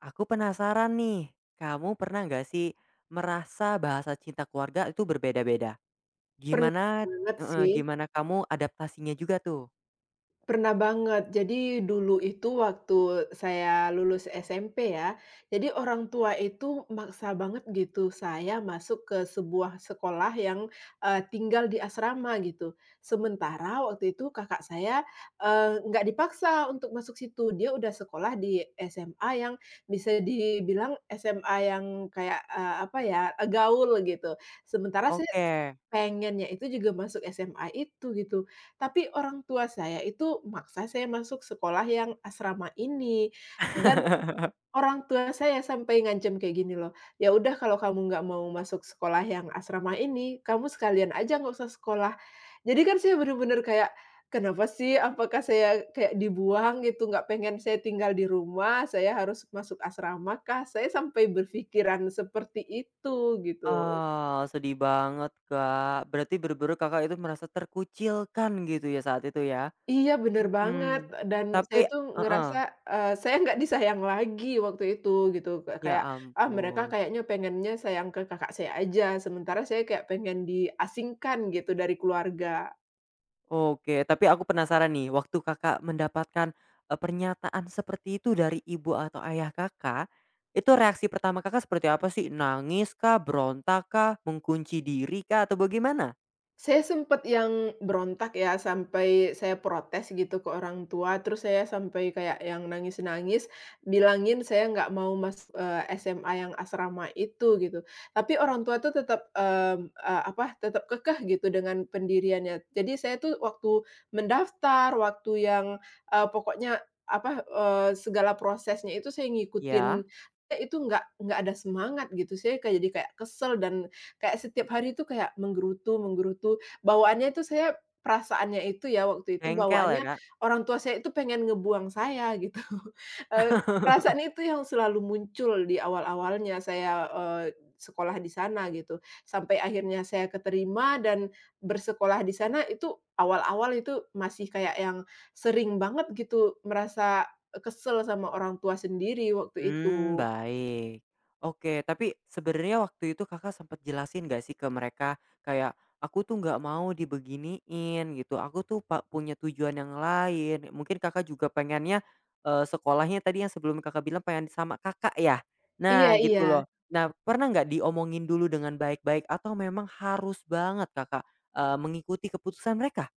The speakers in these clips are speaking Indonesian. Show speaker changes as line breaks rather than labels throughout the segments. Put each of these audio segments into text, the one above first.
Aku penasaran nih, kamu pernah nggak sih merasa bahasa cinta keluarga itu berbeda-beda?
Pernah
Gimana
banget
heeh,
sih,
gimana kamu adaptasinya juga tuh?
pernah banget. Jadi dulu itu waktu saya lulus SMP ya, jadi orang tua itu maksa banget gitu saya masuk ke sebuah sekolah yang, tinggal di asrama gitu. Sementara waktu itu kakak saya, nggak dipaksa untuk masuk situ, dia udah sekolah di SMA yang bisa dibilang SMA yang kayak, apa ya, gaul gitu. Sementara saya
Oke.
pengennya itu juga masuk SMA itu gitu, tapi orang tua saya itu maksa saya masuk sekolah yang asrama ini, dan orang tua saya sampai ngancam kayak gini loh, "Ya udah kalau kamu nggak mau masuk sekolah yang asrama ini, kamu sekalian aja nggak usah sekolah." Jadi kan saya bener-bener kayak, kenapa sih? Apakah saya kayak dibuang gitu, nggak pengen saya tinggal di rumah, saya harus masuk asrama kah? Saya sampai berpikiran seperti itu gitu.
Oh, sedih banget, Kak. Berarti berburu Kakak itu merasa terkucilkan gitu ya saat itu ya?
Iya, bener
Mhm.
banget, dan
Tapi
saya tuh
heeh,
ngerasa, saya nggak disayang lagi waktu itu gitu,
ya
kayak, ah, mereka
ampun.
kayaknya pengennya sayang ke kakak saya aja, sementara saya kayak pengen diasingkan gitu dari keluarga.
Oke, tapi aku penasaran nih, waktu Kakak mendapatkan, pernyataan seperti itu dari ibu atau ayah Kakak, itu reaksi pertama Kakak seperti apa sih? Nangis kah, berontak kah, mengunci diri kah, atau bagaimana?
Saya sempet yang berontak ya, sampai saya protes gitu ke orang tua, terus saya sampai kayak yang nangis-nangis, bilangin saya nggak mau SMA yang asrama itu, gitu. Tapi orang tua tuh tetap, tetap kekeh gitu dengan pendiriannya. Jadi saya tuh waktu mendaftar, waktu yang, pokoknya apa, segala prosesnya itu saya
Ya,
ngikutin, itu nggak ada semangat gitu, saya kayak jadi kayak kesel dan kayak setiap hari itu kayak menggerutu menggerutu, bawaannya itu saya perasaannya itu ya waktu itu
Jengkel
bawaannya
ya,
orang tua saya itu pengen ngebuang saya gitu, eee,
Kak?
perasaan itu yang selalu muncul di awal-awalnya saya, sekolah di sana gitu. Sampai akhirnya saya keterima dan bersekolah di sana itu awal-awal itu masih kayak yang sering banget gitu merasa, kesel sama orang tua sendiri waktu
Hmm,
itu.
baik. Oke, tapi sebenarnya waktu itu Kakak sempat jelasin nggak sih ke mereka kayak, "Aku tuh nggak mau dibeginiin," gitu, "aku tuh punya tujuan yang lain." Mungkin Kakak juga pengennya, sekolahnya tadi yang sebelum Kakak bilang pengen sama Kakak ya? Nah,
Iya
gitu
iya.
loh. Nah, pernah nggak diomongin dulu dengan baik-baik atau memang harus banget Kakak, mengikuti keputusan mereka?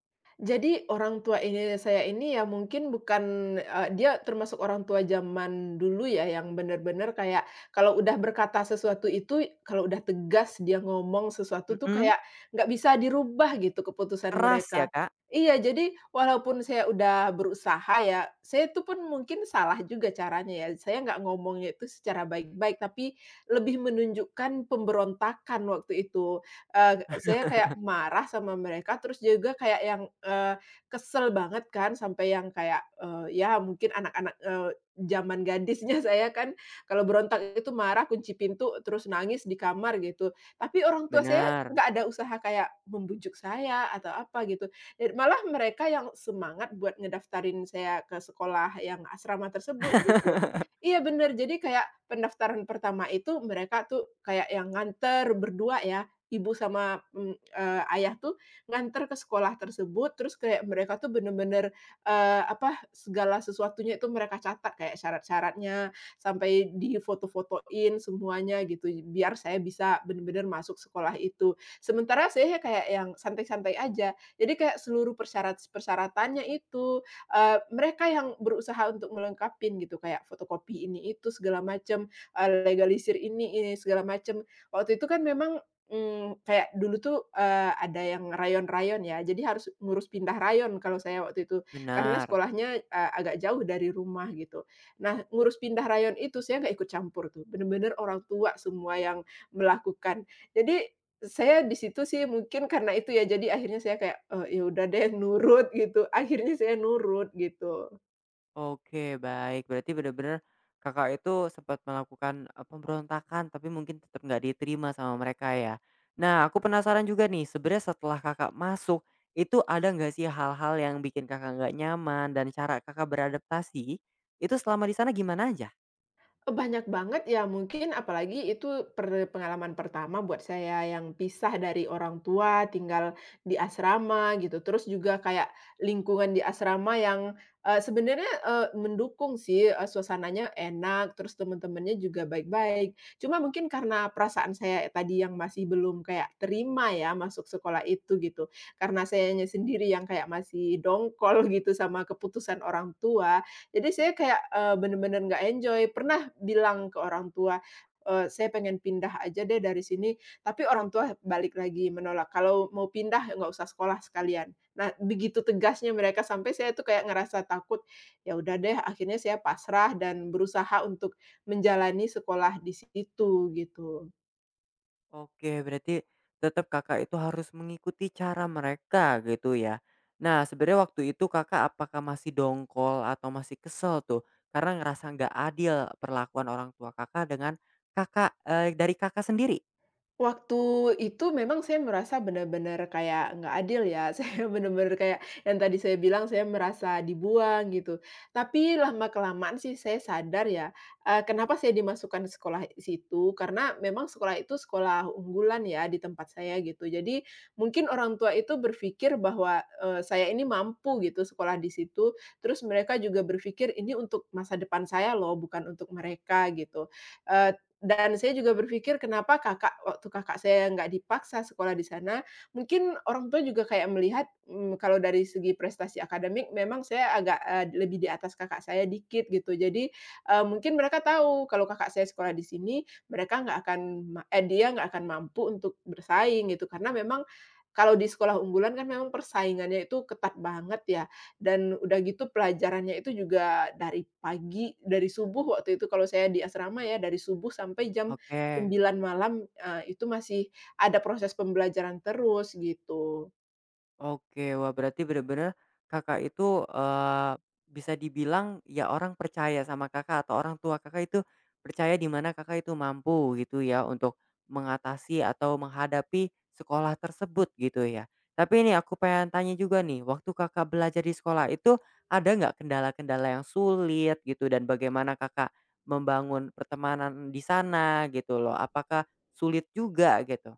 Jadi orang tua ini saya ini ya mungkin bukan, dia termasuk orang tua zaman dulu ya yang benar-benar kayak kalau udah berkata sesuatu itu, kalau udah tegas dia ngomong sesuatu tuh
Mhm,
kayak nggak bisa dirubah gitu keputusan
keras ya,
mereka.
Kak?
Iya, jadi walaupun saya udah berusaha ya, saya itu pun mungkin salah juga caranya ya, saya nggak ngomongnya itu secara baik-baik, tapi lebih menunjukkan pemberontakan waktu itu saya kayak marah sama mereka, terus juga kayak yang, kesel banget kan sampai yang kayak, ya mungkin anak-anak, zaman gadisnya saya kan kalau berontak itu marah, kunci pintu, terus nangis di kamar gitu. Tapi orang tua saya
Bener
nggak ada usaha kayak membujuk saya atau apa gitu, dan malah mereka yang semangat buat ngedaftarin saya ke sekolah yang asrama tersebut gitu. Iya bener, jadi kayak pendaftaran pertama itu mereka tuh kayak yang nganter berdua ya ibu sama, ayah tuh nganter ke sekolah tersebut, terus kayak mereka tuh bener-bener, segala sesuatunya itu mereka catat, kayak syarat-syaratnya, sampai di fotoin semuanya gitu, biar saya bisa bener-bener masuk sekolah itu. Sementara saya kayak yang santai-santai aja. Jadi kayak seluruh persyaratannya itu, mereka yang berusaha untuk melengkapin gitu, kayak fotokopi ini itu segala macam legalisir ini segala macam. Waktu itu kan memang kayak dulu tuh, ada yang rayon-rayon ya, jadi harus ngurus pindah rayon kalau saya waktu itu, karena
bener.
sekolahnya, agak jauh dari rumah gitu. Nah, ngurus pindah rayon itu saya nggak ikut campur tuh, bener-bener orang tua semua yang melakukan. Jadi, saya di situ sih mungkin karena itu ya, jadi akhirnya saya kayak, ya udah deh nurut gitu, akhirnya saya nurut gitu.
Oke, baik. Berarti benar-benar Kakak itu sempat melakukan, pemberontakan tapi mungkin tetap nggak diterima sama mereka ya. Nah, aku penasaran juga nih, sebenarnya setelah Kakak masuk, itu ada nggak sih hal-hal yang bikin Kakak nggak nyaman dan cara Kakak beradaptasi, itu selama di sana gimana aja?
Banyak banget ya mungkin apalagi itu pengalaman pertama buat saya yang pisah dari orang tua, tinggal di asrama gitu, terus juga kayak lingkungan di asrama yang, sebenarnya, mendukung sih, suasananya enak, terus teman-temannya juga baik-baik. Cuma mungkin karena perasaan saya tadi yang masih belum kayak terima ya masuk sekolah itu gitu, karena sayanya sendiri yang kayak masih dongkol gitu sama keputusan orang tua, jadi saya kayak, bener-bener nggak enjoy. Pernah bilang ke orang tua, "Saya pengen pindah aja deh dari sini," tapi orang tua balik lagi menolak, "Kalau mau pindah ya nggak usah sekolah sekalian." Nah, begitu tegasnya mereka sampai saya tuh kayak ngerasa takut. Ya udah deh, akhirnya saya pasrah dan berusaha untuk menjalani sekolah di situ, gitu.
Oke, berarti tetap Kakak itu harus mengikuti cara mereka gitu ya. Nah, sebenarnya waktu itu Kakak apakah masih dongkol atau masih kesel tuh? Karena ngerasa nggak adil perlakuan orang tua Kakak dengan Kakak, dari Kakak sendiri?
Waktu itu memang saya merasa benar-benar kayak nggak adil ya, saya benar-benar kayak yang tadi saya bilang saya merasa dibuang gitu. Tapi lama-kelamaan sih saya sadar ya, kenapa saya dimasukkan ke sekolah situ, karena memang sekolah itu sekolah unggulan ya di tempat saya gitu. Jadi mungkin orang tua itu berpikir bahwa, saya ini mampu gitu sekolah di situ, terus mereka juga berpikir ini untuk masa depan saya loh bukan untuk mereka gitu. Eee, dan saya juga berpikir kenapa Kakak waktu Kakak saya nggak dipaksa sekolah di sana, mungkin orang tua juga kayak melihat, kalau dari segi prestasi akademik memang saya agak, lebih di atas kakak saya dikit gitu. Jadi, mungkin mereka tahu kalau kakak saya sekolah di sini, mereka nggak akan dia nggak akan mampu untuk bersaing gitu. Karena memang kalau di sekolah unggulan kan memang persaingannya itu ketat banget ya. Dan udah gitu pelajarannya itu juga dari pagi, dari subuh waktu itu kalau saya di asrama ya, dari subuh sampai jam
Oke.
sembilan malam, itu masih ada proses pembelajaran terus gitu.
Oke, wah berarti bener-bener Kakak itu, eee, bisa dibilang ya orang percaya sama Kakak atau orang tua Kakak itu percaya di mana Kakak itu mampu gitu ya untuk mengatasi atau menghadapi sekolah tersebut gitu ya. Tapi ini aku pengen tanya juga nih, waktu Kakak belajar di sekolah itu ada nggak kendala-kendala yang sulit gitu dan bagaimana Kakak membangun pertemanan di sana gitu loh? Apakah sulit juga gitu?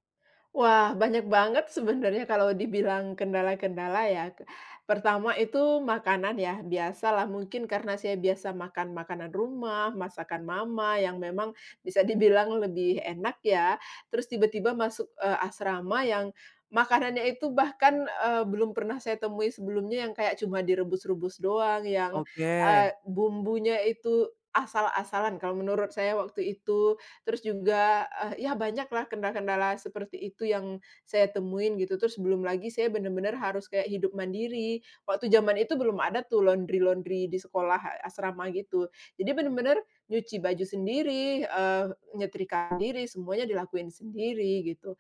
Wah, banyak banget sebenarnya kalau dibilang kendala-kendala ya. Pertama itu makanan ya, biasalah mungkin karena saya biasa makan makanan rumah, masakan mama yang memang bisa dibilang lebih enak ya, terus tiba-tiba masuk, asrama yang makanannya itu bahkan, belum pernah saya temui sebelumnya yang kayak cuma direbus-rebus doang, yang,
Oke,
bumbunya itu asal-asalan kalau menurut saya waktu itu. Terus juga, ya banyaklah kendala-kendala seperti itu yang saya temuin gitu. Terus belum lagi saya benar-benar harus kayak hidup mandiri. Waktu zaman itu belum ada tuh laundry-laundry di asrama gitu. Jadi benar-benar nyuci baju sendiri, nyetrika sendiri, semuanya dilakuin sendiri gitu.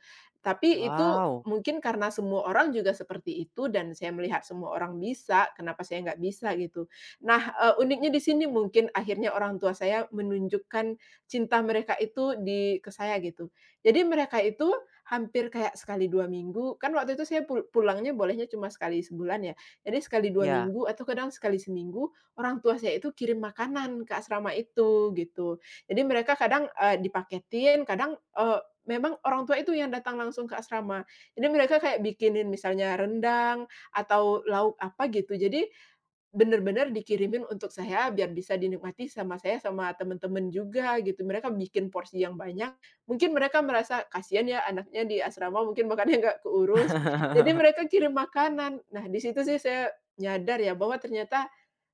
Tapi itu
wow,
mungkin karena semua orang juga seperti itu dan saya melihat semua orang bisa, kenapa saya nggak bisa gitu. Nah, uniknya di sini mungkin akhirnya orang tua saya menunjukkan cinta mereka itu ke saya gitu. Jadi mereka itu hampir kayak sekali 2 minggu, kan waktu itu saya pulangnya bolehnya cuma sekali sebulan ya. Jadi sekali dua
ya.
minggu atau kadang sekali seminggu, orang tua saya itu kirim makanan ke asrama itu gitu. Jadi mereka kadang, dipaketin, kadang, memang orang tua itu yang datang langsung ke asrama. Jadi mereka kayak bikinin misalnya rendang atau lauk apa gitu. Jadi bener-bener dikirimin untuk saya biar bisa dinikmati sama saya, sama temen-temen juga gitu. Mereka bikin porsi yang banyak, mungkin mereka merasa, "Kasihan ya anaknya di asrama mungkin makannya nggak keurus." Jadi mereka kirim makanan. Nah, di situ sih saya nyadar ya bahwa ternyata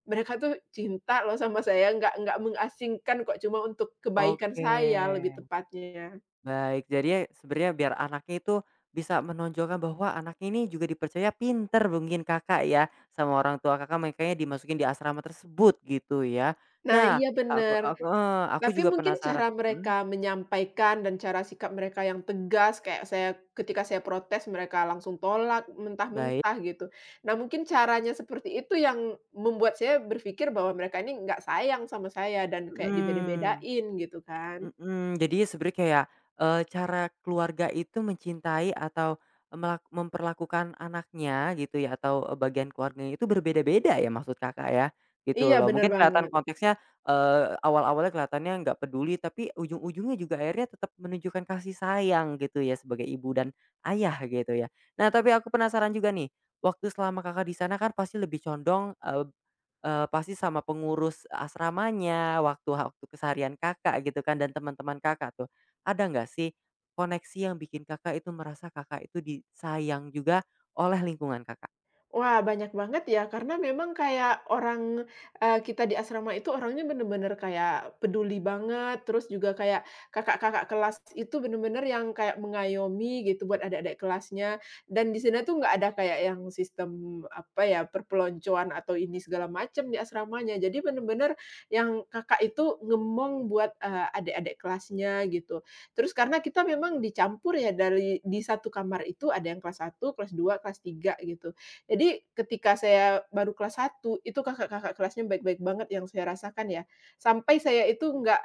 mereka tuh cinta loh sama saya, nggak mengasingkan kok, cuma untuk kebaikan
Oke,
saya lebih tepatnya.
baik. Jadi ya sebenarnya biar anaknya itu bisa menonjolkan bahwa anaknya ini juga dipercaya pinter mungkin Kakak ya, sama orang tua Kakak makanya dimasukin di asrama tersebut gitu ya.
Nah
Nah,
iya
aku
bener.
aku heeh, aku
Tapi
juga
mungkin cara
penasaran
mereka
mhm,
menyampaikan dan cara sikap mereka yang tegas, kayak saya ketika saya protes mereka langsung tolak
baik,
mentah-mentah gitu. Nah mungkin caranya seperti itu yang membuat saya berpikir bahwa mereka ini nggak sayang sama saya dan kayak
mhm.
dibeda-bedain gitu kan.
Mhm, jadi sebenarnya kayak, cara keluarga itu mencintai atau memperlakukan anaknya gitu ya atau, bagian keluarganya itu berbeda-beda ya maksud Kakak ya? Gitu
Iya
loh.
bener
Mungkin kelihatan
banget.
konteksnya, awal-awalnya kelihatannya nggak peduli tapi ujung-ujungnya juga akhirnya tetap menunjukkan kasih sayang gitu ya sebagai ibu dan ayah gitu ya. Nah, tapi aku penasaran juga nih, waktu selama Kakak di sana kan pasti lebih condong, pasti sama pengurus asramanya, waktu waktu keseharian Kakak gitu kan dan teman-teman Kakak tuh. Ada nggak sih koneksi yang bikin Kakak itu merasa Kakak itu disayang juga oleh lingkungan Kakak?
Wah, banyak banget ya, karena memang kayak orang, kita di asrama itu orangnya bener-bener kayak peduli banget, terus juga kayak kakak-kakak kelas itu bener-bener yang kayak mengayomi gitu buat adik-adik kelasnya, dan di sana tuh nggak ada kayak yang sistem, apa ya, perpeloncoan atau ini segala macam di asramanya. Jadi bener-bener yang kakak itu ngemong buat, adik-adik kelasnya gitu. Terus karena kita memang dicampur ya dari di satu kamar itu ada yang kelas satu kelas 2 kelas 3 gitu. Jadi ketika saya baru kelas satu, itu kakak-kakak kelasnya baik-baik banget yang saya rasakan ya. Sampai saya itu nggak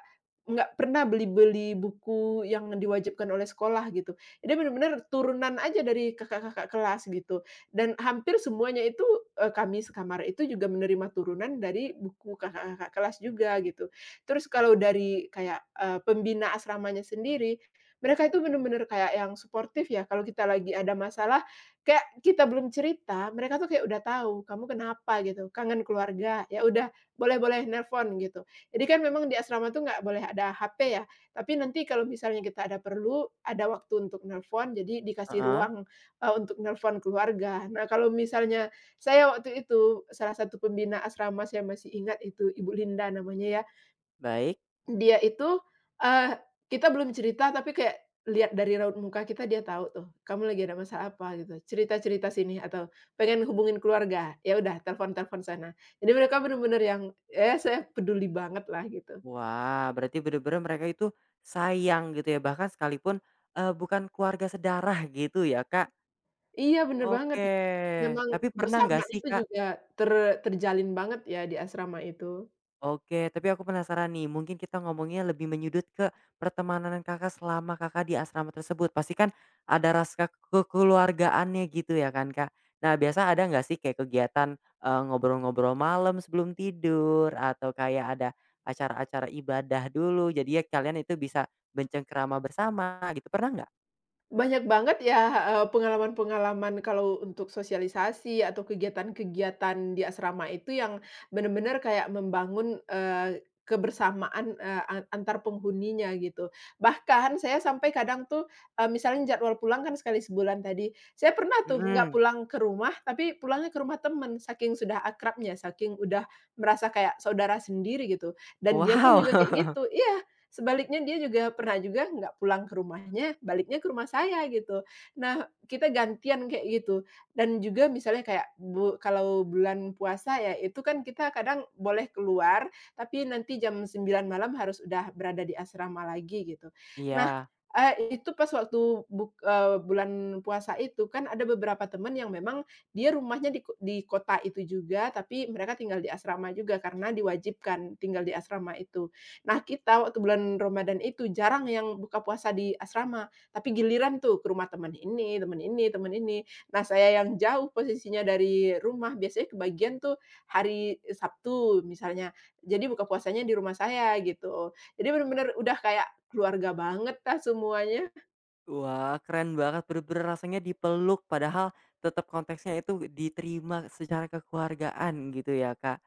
nggak pernah beli-beli buku yang diwajibkan oleh sekolah gitu. Jadi benar-benar turunan aja dari kakak-kakak kelas gitu. Dan hampir semuanya itu, kami sekamar itu juga menerima turunan dari buku kakak-kakak kelas juga gitu. Terus kalau dari kayak, pembina asramanya sendiri, mereka itu benar-benar kayak yang suportif ya, kalau kita lagi ada masalah kayak kita belum cerita, mereka tuh kayak udah tahu, "Kamu kenapa?" gitu, "Kangen keluarga." "Ya udah, boleh boleh, nelpon." gitu. Jadi kan memang di asrama tuh nggak boleh ada HP ya, tapi nanti kalau misalnya kita ada perlu, ada waktu untuk nelpon, jadi dikasih
Heeh,
ruang, untuk nelpon keluarga. Nah, kalau misalnya saya waktu itu, salah satu pembina asrama saya masih ingat itu Ibu Linda namanya ya,
baik.
dia itu, eee, kita belum cerita tapi kayak lihat dari raut muka kita dia tahu tuh, "Kamu lagi ada masalah apa?" gitu, "Cerita-cerita sini," atau, "Pengen hubungin keluarga?" "Ya udah telepon-telepon sana." Jadi mereka bener-bener yang, ya saya peduli banget lah gitu.
Wah, berarti bener-bener mereka itu sayang gitu ya, bahkan sekalipun, bukan keluarga sedarah gitu ya, Kak?
Iya bener banget,
Oke,
memang
tapi pernah nggak
bersamaan
sih,
itu
Kak.
juga ter terjalin banget ya di asrama itu.
Oke, tapi aku penasaran nih, mungkin kita ngomongnya lebih menyudut ke pertemanan Kakak selama Kakak di asrama tersebut. Pasti kan ada ras ke kekeluargaannya gitu ya kan, Kak? Nah, biasa ada nggak sih kayak kegiatan, ngobrol-ngobrol malam sebelum tidur atau kayak ada acara-acara ibadah dulu, jadi ya kalian itu bisa bercengkerama bersama gitu, pernah nggak?
Banyak banget ya, pengalaman-pengalaman kalau untuk sosialisasi atau kegiatan-kegiatan di asrama itu yang benar-benar kayak membangun, kebersamaan, eee, an antar penghuninya gitu. Bahkan saya sampai kadang tuh, misalnya jadwal pulang kan sekali sebulan tadi, saya pernah tuh nggak
Mhm.
pulang ke rumah, tapi pulangnya ke rumah temen, saking sudah akrabnya, saking udah merasa kayak saudara sendiri gitu, dan dia pun juga kayak
Wow.
gitu iya. Sebaliknya dia juga pernah juga nggak pulang ke rumahnya, baliknya ke rumah saya gitu. Nah, kita gantian kayak gitu. Dan juga misalnya kayak kalau bulan puasa ya, itu kan kita kadang boleh keluar, tapi nanti jam 9 malam harus udah berada di asrama lagi gitu. Nah,
Iya.
itu pas waktu bulan puasa itu kan ada beberapa teman yang memang dia rumahnya di di kota itu juga, tapi mereka tinggal di asrama juga karena diwajibkan tinggal di asrama itu. Nah, kita waktu bulan Ramadan itu jarang yang buka puasa di asrama, tapi giliran tuh ke rumah teman ini, teman ini, teman ini. Nah, saya yang jauh posisinya dari rumah biasanya kebagian tuh hari Sabtu misalnya. Jadi buka puasanya di rumah saya gitu. Jadi benar-benar udah kayak keluarga banget lah semuanya.
Wah, keren banget, bener-bener rasanya dipeluk padahal tetap konteksnya itu diterima secara kekeluargaan gitu ya, Kak.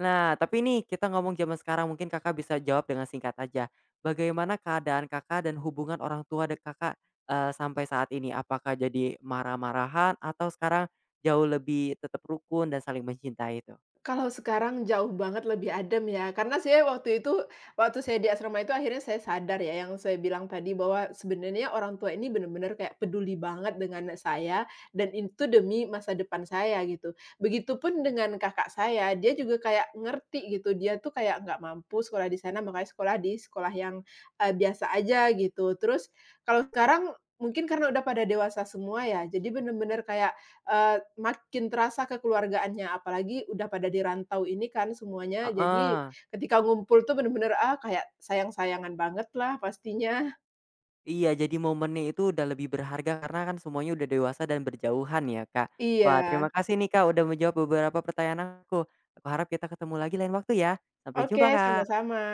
Nah, tapi ini kita ngomong zaman sekarang mungkin Kakak bisa jawab dengan singkat aja. Bagaimana keadaan Kakak dan hubungan orang tua Kakak, sampai saat ini? Apakah jadi marah-marahan atau sekarang jauh lebih tetap rukun dan saling mencintai itu?
Kalau sekarang jauh banget lebih adem ya, karena saya waktu itu, waktu saya di asrama itu akhirnya saya sadar ya yang saya bilang tadi bahwa sebenarnya orang tua ini benar-benar kayak peduli banget dengan saya dan itu demi masa depan saya gitu. Begitupun dengan kakak saya, dia juga kayak ngerti gitu, dia tuh kayak nggak mampu sekolah di sana makanya sekolah di sekolah yang, biasa aja gitu. Terus kalau sekarang mungkin karena udah pada dewasa semua ya, jadi benar-benar kayak makin terasa kekeluargaannya, apalagi udah pada dirantau ini kan semuanya, jadi
Heeh.
ketika ngumpul tuh bener-bener, ah, kayak sayang-sayangan banget lah pastinya.
Iya, jadi momennya itu udah lebih berharga karena kan semuanya udah dewasa dan berjauhan ya, Kak. Wah,
Iya.
terima kasih nih, Kak, udah menjawab beberapa pertanyaan aku. Aku harap kita ketemu lagi lain waktu ya. Sampai
Oke,
jumpa, Kak.
sama-sama.